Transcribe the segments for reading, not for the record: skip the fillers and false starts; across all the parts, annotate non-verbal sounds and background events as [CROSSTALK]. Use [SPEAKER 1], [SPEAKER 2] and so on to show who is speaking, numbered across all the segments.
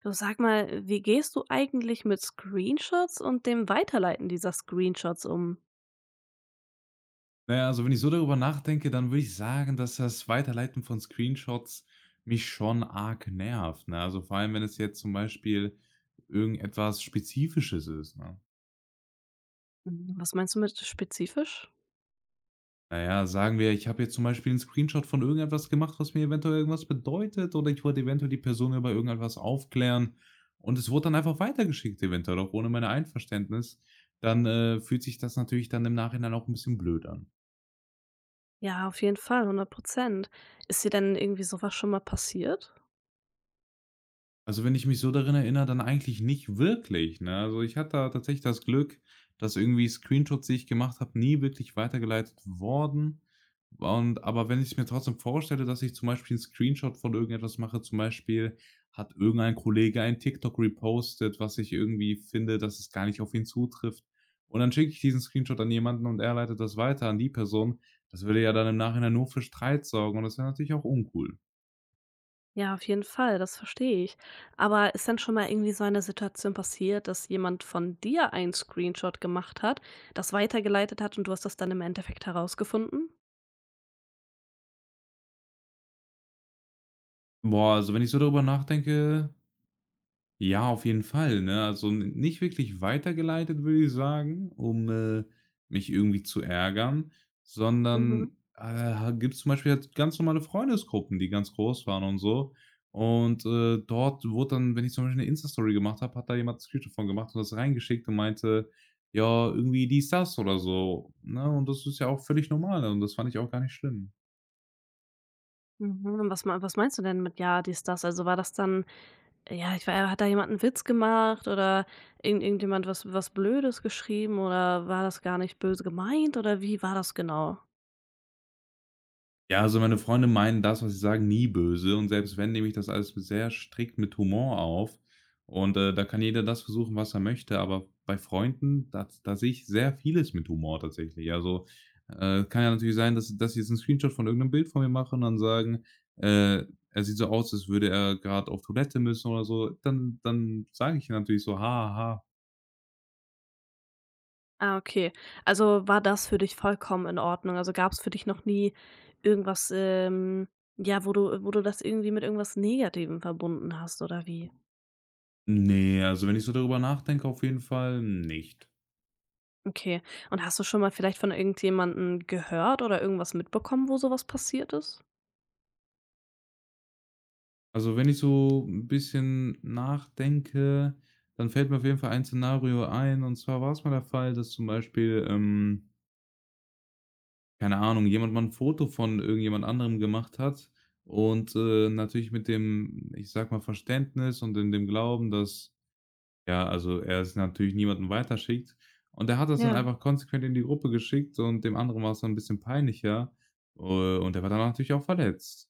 [SPEAKER 1] Du sag mal, wie gehst du eigentlich mit Screenshots und dem Weiterleiten dieser Screenshots um?
[SPEAKER 2] Na ja, also wenn ich so darüber nachdenke, dann würde ich sagen, dass das Weiterleiten von Screenshots mich schon arg nervt, ne? Also vor allem, wenn es jetzt zum Beispiel irgendetwas Spezifisches ist, ne?
[SPEAKER 1] Mhm. Was meinst du mit spezifisch?
[SPEAKER 2] Na ja, sagen wir, ich habe jetzt zum Beispiel einen Screenshot von irgendetwas gemacht, was mir eventuell irgendwas bedeutet oder ich wollte eventuell die Person über irgendetwas aufklären und es wurde dann einfach weitergeschickt eventuell auch ohne mein Einverständnis, dann, fühlt sich das natürlich dann im Nachhinein auch ein bisschen blöd an.
[SPEAKER 1] Ja, auf jeden Fall, hundert Prozent. Ist dir denn irgendwie sowas schon mal passiert?
[SPEAKER 2] Also, wenn ich mich so daran erinnere, dann eigentlich nicht wirklich, ne? Also, ich hatte da tatsächlich das Glück, dass irgendwie Screenshots, die ich gemacht habe, nie wirklich weitergeleitet wurden. Und aber wenn ich's mir trotzdem vorstelle, dass ich zum Beispiel einen Screenshot von irgendetwas mache, zum Beispiel hat irgendein Kollege ein TikTok repostet, was ich irgendwie finde, dass es gar nicht auf ihn zutrifft. Und dann schicke ich diesen Screenshot an jemanden und er leitet das weiter an die Person. Das würde ja dann im Nachhinein nur für Streit sorgen und das wäre natürlich auch uncool.
[SPEAKER 1] Ja, auf jeden Fall, das verstehe ich. Aber ist denn schon mal irgendwie so eine Situation passiert, dass jemand von dir einen Screenshot gemacht hat, das weitergeleitet hat und du hast das dann im Endeffekt herausgefunden?
[SPEAKER 2] Boah, also, wenn ich so darüber nachdenke. Ja, auf jeden Fall, ne? Also, n nicht wirklich weitergeleitet, würde ich sagen, um, mich irgendwie zu ärgern,
[SPEAKER 1] Mhm.
[SPEAKER 2] sondern, gibt es zum Beispiel jetzt ganz normale Freundesgruppen, die ganz groß waren und so. Und, dort wurde dann, wenn ich zum Beispiel eine Insta-Story gemacht habe, hat da jemand 'n Screenshot von gemacht und das reingeschickt und meinte: „Ja, irgendwie dies, das" oder so, ne? Und das ist ja auch völlig normal, und das fand ich auch gar nicht schlimm.
[SPEAKER 1] Mhm. Und was, was meinst du denn mit ja, dies, das? Also war das dann, ja, ich weiß, hat da jemand einen Witz gemacht oder irgendjemand was Blödes geschrieben oder war das gar nicht böse gemeint oder wie war das genau?
[SPEAKER 2] Ja, also meine Freunde meinen das, was sie sagen, nie böse und selbst wenn, nehme ich das alles sehr strikt mit Humor auf und, da kann jeder das versuchen, was er möchte, aber bei Freunden, da sehe ich sehr vieles mit Humor tatsächlich. Also, kann ja natürlich sein, dass sie jetzt einen Screenshot von irgendeinem Bild von mir machen und dann sagen, äh, er sieht so aus, als würde er gerade auf Toilette müssen oder so. Dann sage ich natürlich so: „Ha ha."
[SPEAKER 1] Ah, okay. Also, war das für dich vollkommen in Ordnung? Also, gab es für dich noch nie irgendwas, ja, wo du das irgendwie mit irgendwas Negativem verbunden hast oder wie?
[SPEAKER 2] Ne, also wenn ich so darüber nachdenke, auf jeden Fall nicht.
[SPEAKER 1] Okay. Und hast du schon mal vielleicht von irgendjemandem gehört oder irgendwas mitbekommen, wo sowas passiert ist?
[SPEAKER 2] Also, wenn ich so ein bisschen nachdenke, dann fällt mir auf jeden Fall ein Szenario ein. Und zwar war es mal der Fall, dass zum Beispiel, keine Ahnung, jemand mal ein Foto von irgendjemand anderem gemacht hat und, natürlich mit dem, ich sag mal, Verständnis und in dem Glauben, dass ja, also, er es natürlich niemandem weiterschickt. Und er hat das dann
[SPEAKER 1] Ja,
[SPEAKER 2] einfach konsequent in die Gruppe geschickt und dem anderen war es dann ein bisschen peinlicher, äh, und er war dann natürlich auch verletzt.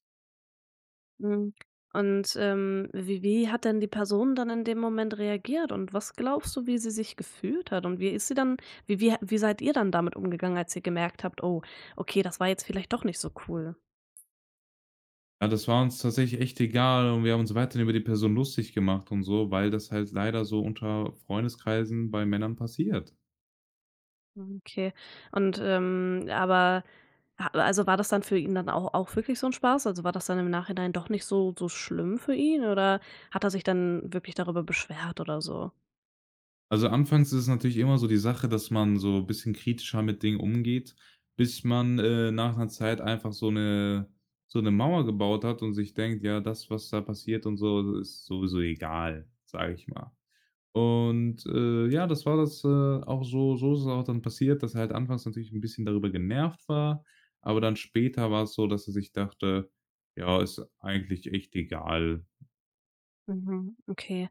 [SPEAKER 1] mhm. Und, wie hat denn die Person dann in dem Moment reagiert und was glaubst du, wie sie sich gefühlt hat? Und wie ist sie dann wie wie wie seid ihr dann damit umgegangen, als ihr gemerkt habt: „Oh, okay, das war jetzt vielleicht doch nicht so cool?"
[SPEAKER 2] Ja, das war uns tatsächlich echt egal und wir haben uns weiterhin über die Person lustig gemacht und so, weil das halt leider so unter Freundeskreisen bei Männern passiert.
[SPEAKER 1] Okay. Und, aber ha also, war das dann für ihn dann auch wirklich so ein Spaß? Also, war das dann im Nachhinein doch nicht so schlimm für ihn oder hat er sich dann wirklich darüber beschwert oder so?
[SPEAKER 2] Also, anfangs ist es natürlich immer so die Sache, dass man so ein bisschen kritischer mit Dingen umgeht, bis man, nach einer Zeit einfach so eine Mauer gebaut hat und sich denkt: „Ja, das, was da passiert und so, ist sowieso egal", sage ich mal. Und, ja, das war das, auch so ist es auch dann passiert, dass er halt anfangs natürlich ein bisschen darüber genervt war, aber dann später war es so, dass er sich dachte: „Ja, ist eigentlich echt egal."
[SPEAKER 1] Mhm, okay.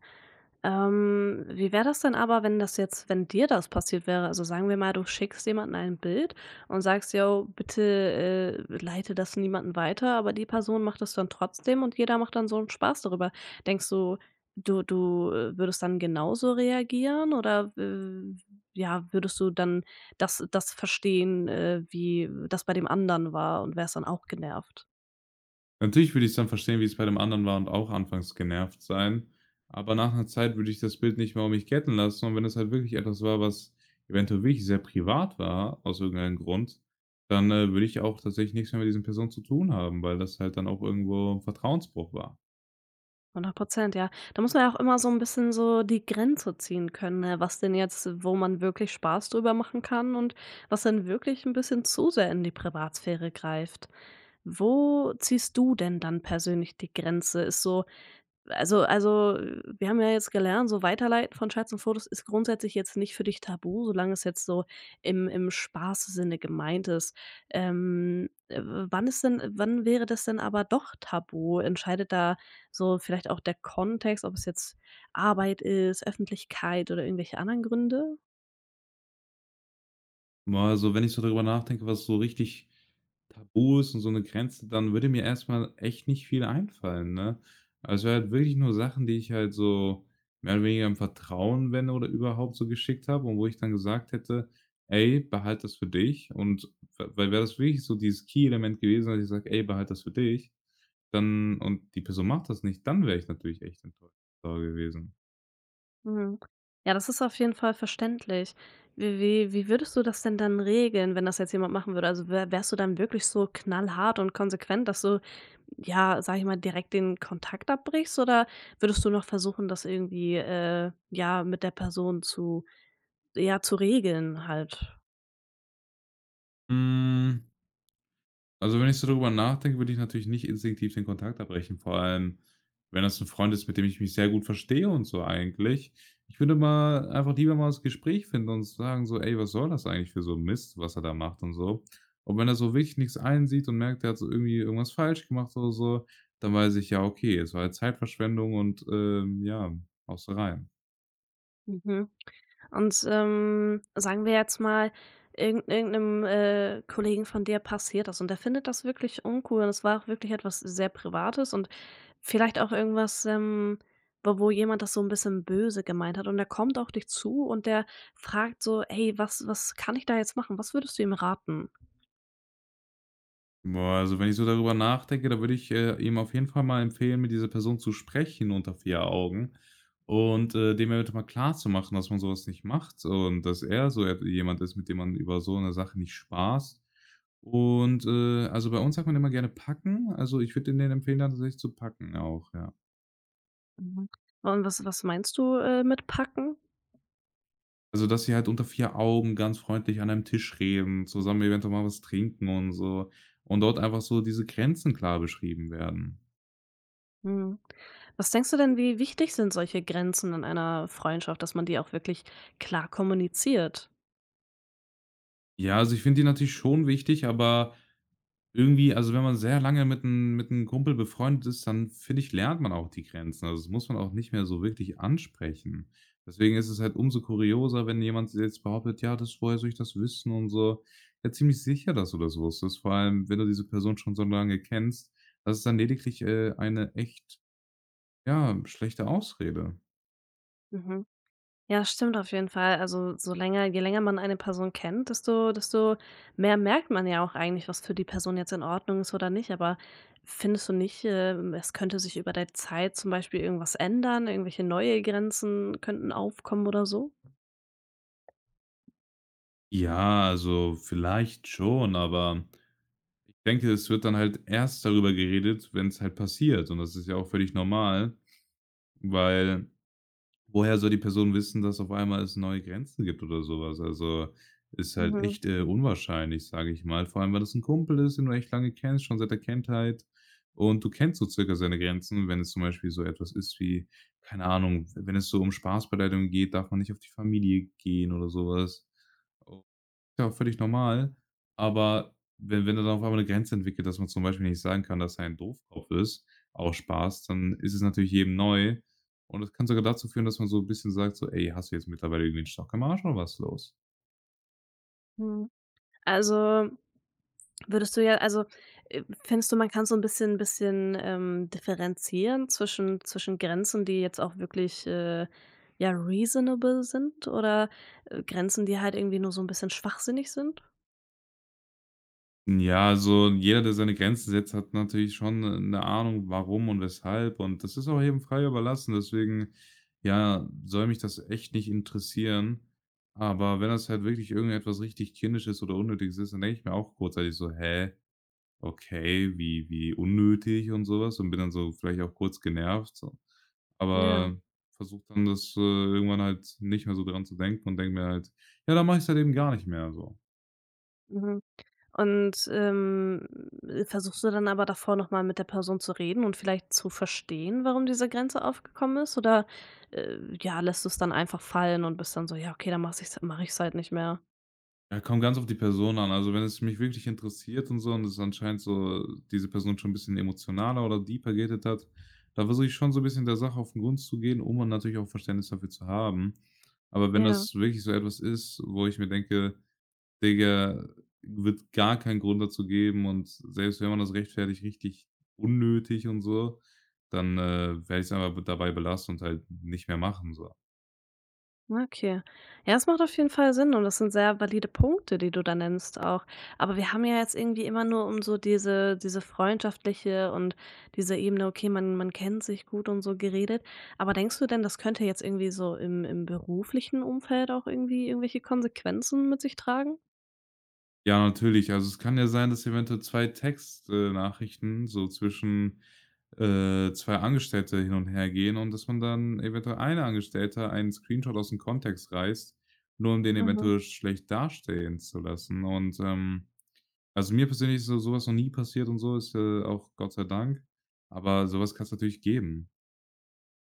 [SPEAKER 1] Wie wäre das denn aber, wenn dir das passiert wäre? Also, sagen wir mal, du schickst jemanden ein Bild und sagst: „Jo, bitte, leite das niemanden weiter", aber die Person macht das dann trotzdem und jeder macht dann so einen Spaß darüber. Denkst du, du würdest dann genauso reagieren oder, ja, würdest du dann das verstehen, wie das bei dem anderen war und wärst dann auch genervt?
[SPEAKER 2] Natürlich würde ich's dann verstehen, wie es bei dem anderen war und auch anfangs genervt sein, aber nach einer Zeit würde ich das Bild nicht mehr um mich ketten lassen und wenn es halt wirklich etwas war, was eventuell wirklich sehr privat war aus irgendeinem Grund, dann, würde ich auch tatsächlich nichts mehr mit diesen Personen zu tun haben, weil das halt dann auch irgendwo ein Vertrauensbruch war.
[SPEAKER 1] 100, ja. Da muss man ja auch immer so ein bisschen so die Grenze ziehen können, ne, was denn jetzt, wo man wirklich Spaß drüber machen kann und was dann wirklich ein bisschen zu sehr in die Privatsphäre greift. Wo ziehst du denn dann persönlich die Grenze? Ist so also, wir haben ja jetzt gelernt, so Weiterleiten von Chats und Fotos ist grundsätzlich jetzt nicht für dich tabu, solange es jetzt so im Spaßsinne gemeint ist. Wann wäre das denn aber doch tabu? Entscheidet da so vielleicht auch der Kontext, ob es jetzt Arbeit ist, Öffentlichkeit oder irgendwelche anderen Gründe?
[SPEAKER 2] Boah, also, wenn ich so darüber nachdenke, was so richtig tabu ist und so 'ne Grenze, dann würde mir erst mal echt nicht viel einfallen, ne? Also, halt wirklich nur Sachen, die ich halt so mehr oder weniger im Vertrauen, wenn oder überhaupt so geschickt habe und wo ich dann gesagt hätte: „Ey, behalt das für dich." Und w weil wäre das wirklich so dieses Key-Element gewesen, dass ich sage: „Ey, behalt das für dich", dann und die Person macht das nicht, dann wäre ich natürlich echt enttäuscht [UNINTELLIGIBLE] gewesen.
[SPEAKER 1] Mhm. Ja, das ist auf jeden Fall verständlich. Wie würdest du das denn dann regeln, wenn das jetzt jemand machen würde? Also, wärst du dann wirklich so knallhart und konsequent, dass du, ja, sage ich mal, direkt den Kontakt abbrichst oder würdest du noch versuchen, das irgendwie, ja, mit der Person zu ja, zu regeln halt?
[SPEAKER 2] Hm. Also, wenn ich so darüber nachdenke, würde ich natürlich nicht instinktiv den Kontakt abbrechen. Vor allem, wenn das ein Freund ist, mit dem ich mich sehr gut verstehe und so eigentlich. Ich würde mal einfach lieber mal das Gespräch finden und sagen so: „Ey, was soll das eigentlich für so Mist, was er da macht und so?" Und wenn er so wirklich nix einsieht und merkt, er hat so irgendwie irgendwas falsch gemacht oder so, dann weiß ich: „Ja, okay, es war halt Zeitverschwendung und, ja, haust du rein."
[SPEAKER 1] Mhm. Und, sagen wir jetzt mal, irgend irgend Kollegen von dir passiert das und der findet das wirklich uncool und es war auch wirklich etwas sehr Privates und vielleicht auch irgendwas, wo jemand das so ein bisschen böse gemeint hat und der kommt auf dich zu und der fragt so: „Hey, was kann ich da jetzt machen?" Was würdest du ihm raten?
[SPEAKER 2] Boah, also wenn ich so darüber nachdenke, da würde ich, ihm auf jeden Fall mal empfehlen, mit dieser Person zu sprechen unter vier Augen und, dem eventuell mal klar zu machen, dass man sowas nicht macht und dass er so et jemand ist, mit dem man über so eine Sache nicht spaßt. Und, also bei uns sagt man immer gerne packen. Also, ich würde denen empfehlen, dann tatsächlich zu packen auch, ja.
[SPEAKER 1] Mhm. Und was meinst du, mit packen?
[SPEAKER 2] Also, dass sie halt unter vier Augen ganz freundlich an einem Tisch reden, zusammen eventuell mal was trinken und so und dort einfach so diese Grenzen klar beschrieben werden.
[SPEAKER 1] Mhm. Was denkst du denn, wie wichtig sind solche Grenzen in einer Freundschaft, dass man die auch wirklich klar kommuniziert?
[SPEAKER 2] Ja, also ich finde die natürlich schon wichtig, aber irgendwie also wenn man sehr lange mit einem Kumpel befreundet ist, dann finde ich, lernt man auch die Grenzen. Also, das muss man auch nicht mehr so wirklich ansprechen. Deswegen ist es halt umso kurioser, wenn jemand jetzt behauptet: „Ja, das woher soll ich das wissen?" und so. Ja, ziemlich sicher, dass du das wusstest, vor allem, wenn du diese Person schon so lange kennst. Das ist dann lediglich, eine echt, ja, schlechte Ausrede.
[SPEAKER 1] Mhm. Ja, stimmt auf jeden Fall. Also, so länger je länger man eine Person kennt, desto mehr merkt man ja auch eigentlich, was für die Person jetzt in Ordnung ist oder nicht. Aber findest du nicht, es könnte sich über der Zeit zum Beispiel irgendwas ändern, irgendwelche neue Grenzen könnten aufkommen oder so?
[SPEAKER 2] Ja, also vielleicht schon, aber ich denke, es wird dann halt erst darüber geredet, wenn es halt passiert und das ist ja auch völlig normal, weil woher soll die Person wissen, dass auf einmal es neue Grenzen gibt oder sowas? Also, ist halt
[SPEAKER 1] Mhm,
[SPEAKER 2] echt, unwahrscheinlich, sage ich mal, vor allem, weil das ein Kumpel ist, den du echt lange kennst, schon seit der Kindheit und du kennst so circa seine Grenzen, wenn es zum Beispiel so etwas ist wie, keine Ahnung, wenn es so um Spaßbeleidigung geht, darf man nicht auf die Familie gehen oder sowas, ja völlig normal, aber wenn da dann auf einmal 'ne Grenze entwickelt, dass man zum Beispiel nicht sagen kann, dass er ein Doofkopf ist, auch Spaß, dann ist es natürlich jedem neu und das kann sogar dazu führen, dass man so ein bisschen sagt so: „Ey, hast du jetzt mittlerweile irgendwie 'n Stock im Arsch oder was ist los?"
[SPEAKER 1] mhm. Also Würdest du ja also, findest du, man kann so ein bisschen differenzieren zwischen Grenzen, die jetzt auch wirklich, ja, reasonable sind oder, Grenzen, die halt irgendwie nur so ein bisschen schwachsinnig sind?
[SPEAKER 2] Ja, also jeder, der seine Grenzen setzt, hat natürlich schon eine Ahnung, warum und weshalb und das ist auch jedem frei überlassen. Deswegen, ja, soll mich das echt nicht interessieren. Aber wenn das halt wirklich irgendetwas richtig Kindisches oder Unnötiges ist, dann denke ich mir auch kurzzeitig so: „Hä? Okay, wie unnötig und sowas" und bin dann so vielleicht auch kurz genervt so.
[SPEAKER 1] Ja,
[SPEAKER 2] Aber versuche dann das, irgendwann halt nicht mehr so dran zu denken und denke mir halt: „Ja, dann mache ich's halt eben gar nicht mehr", so.
[SPEAKER 1] mhm. Und, versuchst du dann aber davor noch mal mit der Person zu reden und vielleicht zu verstehen, warum diese Grenze aufgekommen ist? Oder, ja, lässt du es dann einfach fallen und bist dann so: „Ja, okay, dann mach's ich's mache ich's halt nicht mehr."
[SPEAKER 2] Ja, kommt ganz auf die Person an. Also, wenn es mich wirklich interessiert und so und es anscheinend so diese Person schon ein bisschen emotionaler oder deeper gehittet hat, da versuche ich schon so ein bisschen der Sache auf den Grund zu gehen, um dann natürlich auch Verständnis dafür zu haben. Aber wenn
[SPEAKER 1] Ja.
[SPEAKER 2] das wirklich so etwas ist, wo ich mir denke: „Digga, wird gar keinen Grund dazu geben und selbst wenn man das rechtfertigt, richtig unnötig und so", dann, werde ich's einfach dabei belassen und halt nicht mehr machen so.
[SPEAKER 1] Okay. Ja, das macht auf jeden Fall Sinn und das sind sehr valide Punkte, die du da nennst auch. Aber wir haben ja jetzt irgendwie immer nur um so diese freundschaftliche und diese Ebene, okay, man kennt sich gut und so geredet. Aber denkst du denn, das könnte jetzt irgendwie so im beruflichen Umfeld auch irgendwie irgendwelche Konsequenzen mit sich tragen?
[SPEAKER 2] Ja, natürlich, also es kann ja sein, dass eventuell 2 Textnachrichten so zwischen, zwei Angestellte hin und her gehen und dass man dann eventuell eine Angestellte einen Screenshot aus dem Kontext reißt, nur um den
[SPEAKER 1] Mhm.
[SPEAKER 2] eventuell schlecht dastehen zu lassen und, Also, mir persönlich ist so sowas noch nie passiert und so, ist, auch Gott sei Dank, aber sowas kann es natürlich geben.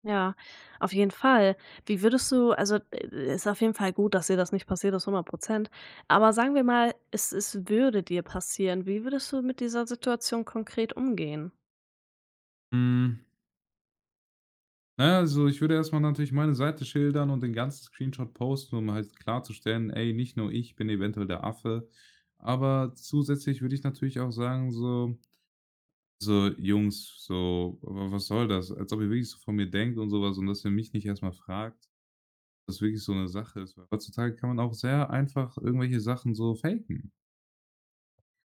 [SPEAKER 1] Ja, auf jeden Fall. Wie würdest du also, ist auf jeden Fall gut, dass dir das nicht passiert ist, hundert Prozent. Aber sagen wir mal, es würde dir passieren. Wie würdest du mit dieser Situation konkret umgehen?
[SPEAKER 2] Hm, na ja, also, ich würde erstmal natürlich meine Seite schildern und den ganzen Screenshot posten, um halt klarzustellen: „Ey, nicht nur ich bin eventuell der Affe." Aber zusätzlich würde ich natürlich auch sagen so: „So, Jungs, so, wa was soll das? Als ob ihr wirklich so von mir denkt und sowas und dass ihr mich nicht erstmal mal fragt, was wirklich so eine Sache ist, weil heutzutage kann man auch sehr einfach irgendwelche Sachen so faken."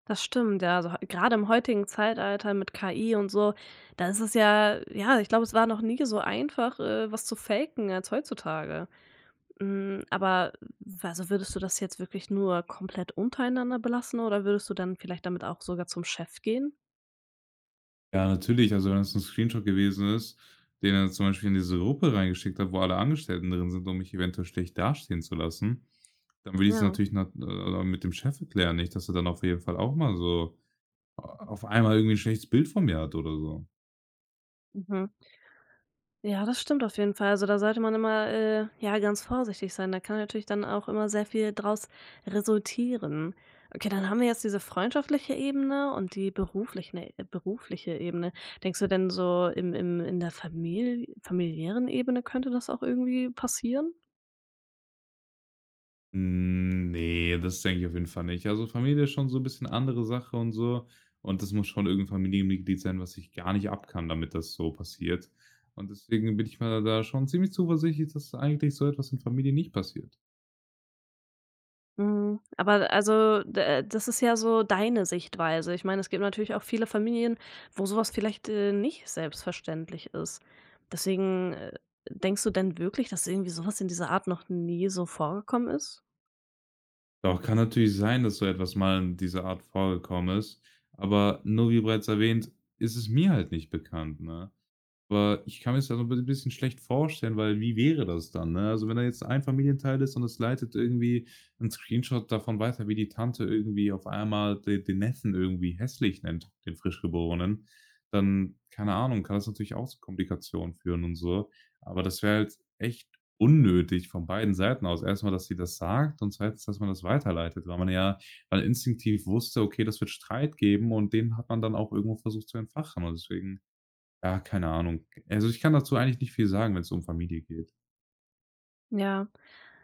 [SPEAKER 1] Das stimmt, ja. Also, heu grade im heutigen Zeitalter mit KI und so, da ist es ja ja, ich glaube, es war noch nie so einfach, was zu faken als heutzutage. Hm, aber also, würdest du das jetzt wirklich nur komplett untereinander belassen oder würdest du dann vielleicht damit auch sogar zum Chef gehen?
[SPEAKER 2] Ja, natürlich. Also, wenn es ein Screenshot gewesen ist, den er zum Beispiel in diese Gruppe reingeschickt hat, wo alle Angestellten drin sind, um mich eventuell schlecht dastehen zu lassen, dann will ich es
[SPEAKER 1] Ja.
[SPEAKER 2] natürlich nat mit dem Chef erklären, nicht, dass er dann auf jeden Fall auch mal so auf einmal irgendwie ein schlechtes Bild von mir hat oder so.
[SPEAKER 1] Mhm. Ja, das stimmt auf jeden Fall. Also, da sollte man immer, ja, ganz vorsichtig sein. Da kann natürlich dann auch immer sehr viel draus resultieren. Okay, dann haben wir jetzt diese freundschaftliche Ebene und die berufliche Ebene. Denkst du denn so in der familiären Ebene könnte das auch irgendwie passieren?
[SPEAKER 2] Hm, ne, das denke ich auf jeden Fall nicht. Also, Familie ist schon so ein bisschen andere Sache und so. Und das muss schon irgendein Familienmitglied sein, was ich gar nicht abkann, damit das so passiert. Und deswegen bin ich mir da schon ziemlich zuversichtlich, dass eigentlich so etwas in Familie nicht passiert.
[SPEAKER 1] Mhm. Aber also, d das ist ja so deine Sichtweise. Ich meine, es gibt natürlich auch viele Familien, wo so was vielleicht, nicht selbstverständlich ist. Deswegen, denkst du denn wirklich, dass irgendwie so was in dieser Art noch nie so vorgekommen ist?
[SPEAKER 2] Doch, kann natürlich sein, dass so etwas mal in dieser Art vorgekommen ist, aber nur wie bereits erwähnt, ist es mir halt nicht bekannt, ne? Aber ich kann mir das ja so 'n bisschen schlecht vorstellen, weil wie wäre das dann, ne? Also, wenn da jetzt ein Familienteil ist und es leitet irgendwie 'n Screenshot davon weiter, wie die Tante irgendwie auf einmal de den Neffen irgendwie hässlich nennt, den Frischgeborenen, dann, keine Ahnung, kann das natürlich auch zu Komplikationen führen und so. Aber das wäre halt echt unnötig von beiden Seiten aus. Erst mal, dass sie das sagt und zweitens, dass man das weiterleitet, weil man ja weil instinktiv wusste: „Okay, das wird Streit geben", und den hat man dann auch irgendwo versucht zu entfachen und deswegen, ja, keine Ahnung. Also, ich kann dazu eigentlich nicht viel sagen, wenn es um Familie geht.
[SPEAKER 1] Ja.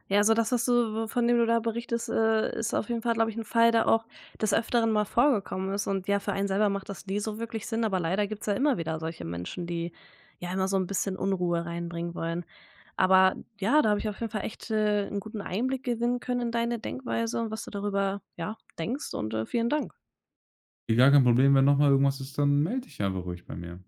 [SPEAKER 1] Ja, also das, was du von dem du da berichtest, ist auf jeden Fall, glaube ich, ein Fall, der auch des Öfteren mal vorgekommen ist und ja, für einen selber macht das nie so wirklich Sinn, aber leider gibt's ja immer wieder solche Menschen, die ja immer so ein bisschen Unruhe reinbringen wollen. Aber ja, da habe ich auf jeden Fall echt, 'n guten Einblick gewinnen können in deine Denkweise und was du darüber, ja, denkst und, vielen Dank.
[SPEAKER 2] Gar kein Problem. Wenn noch mal irgendwas ist, dann melde dich einfach ruhig bei mir.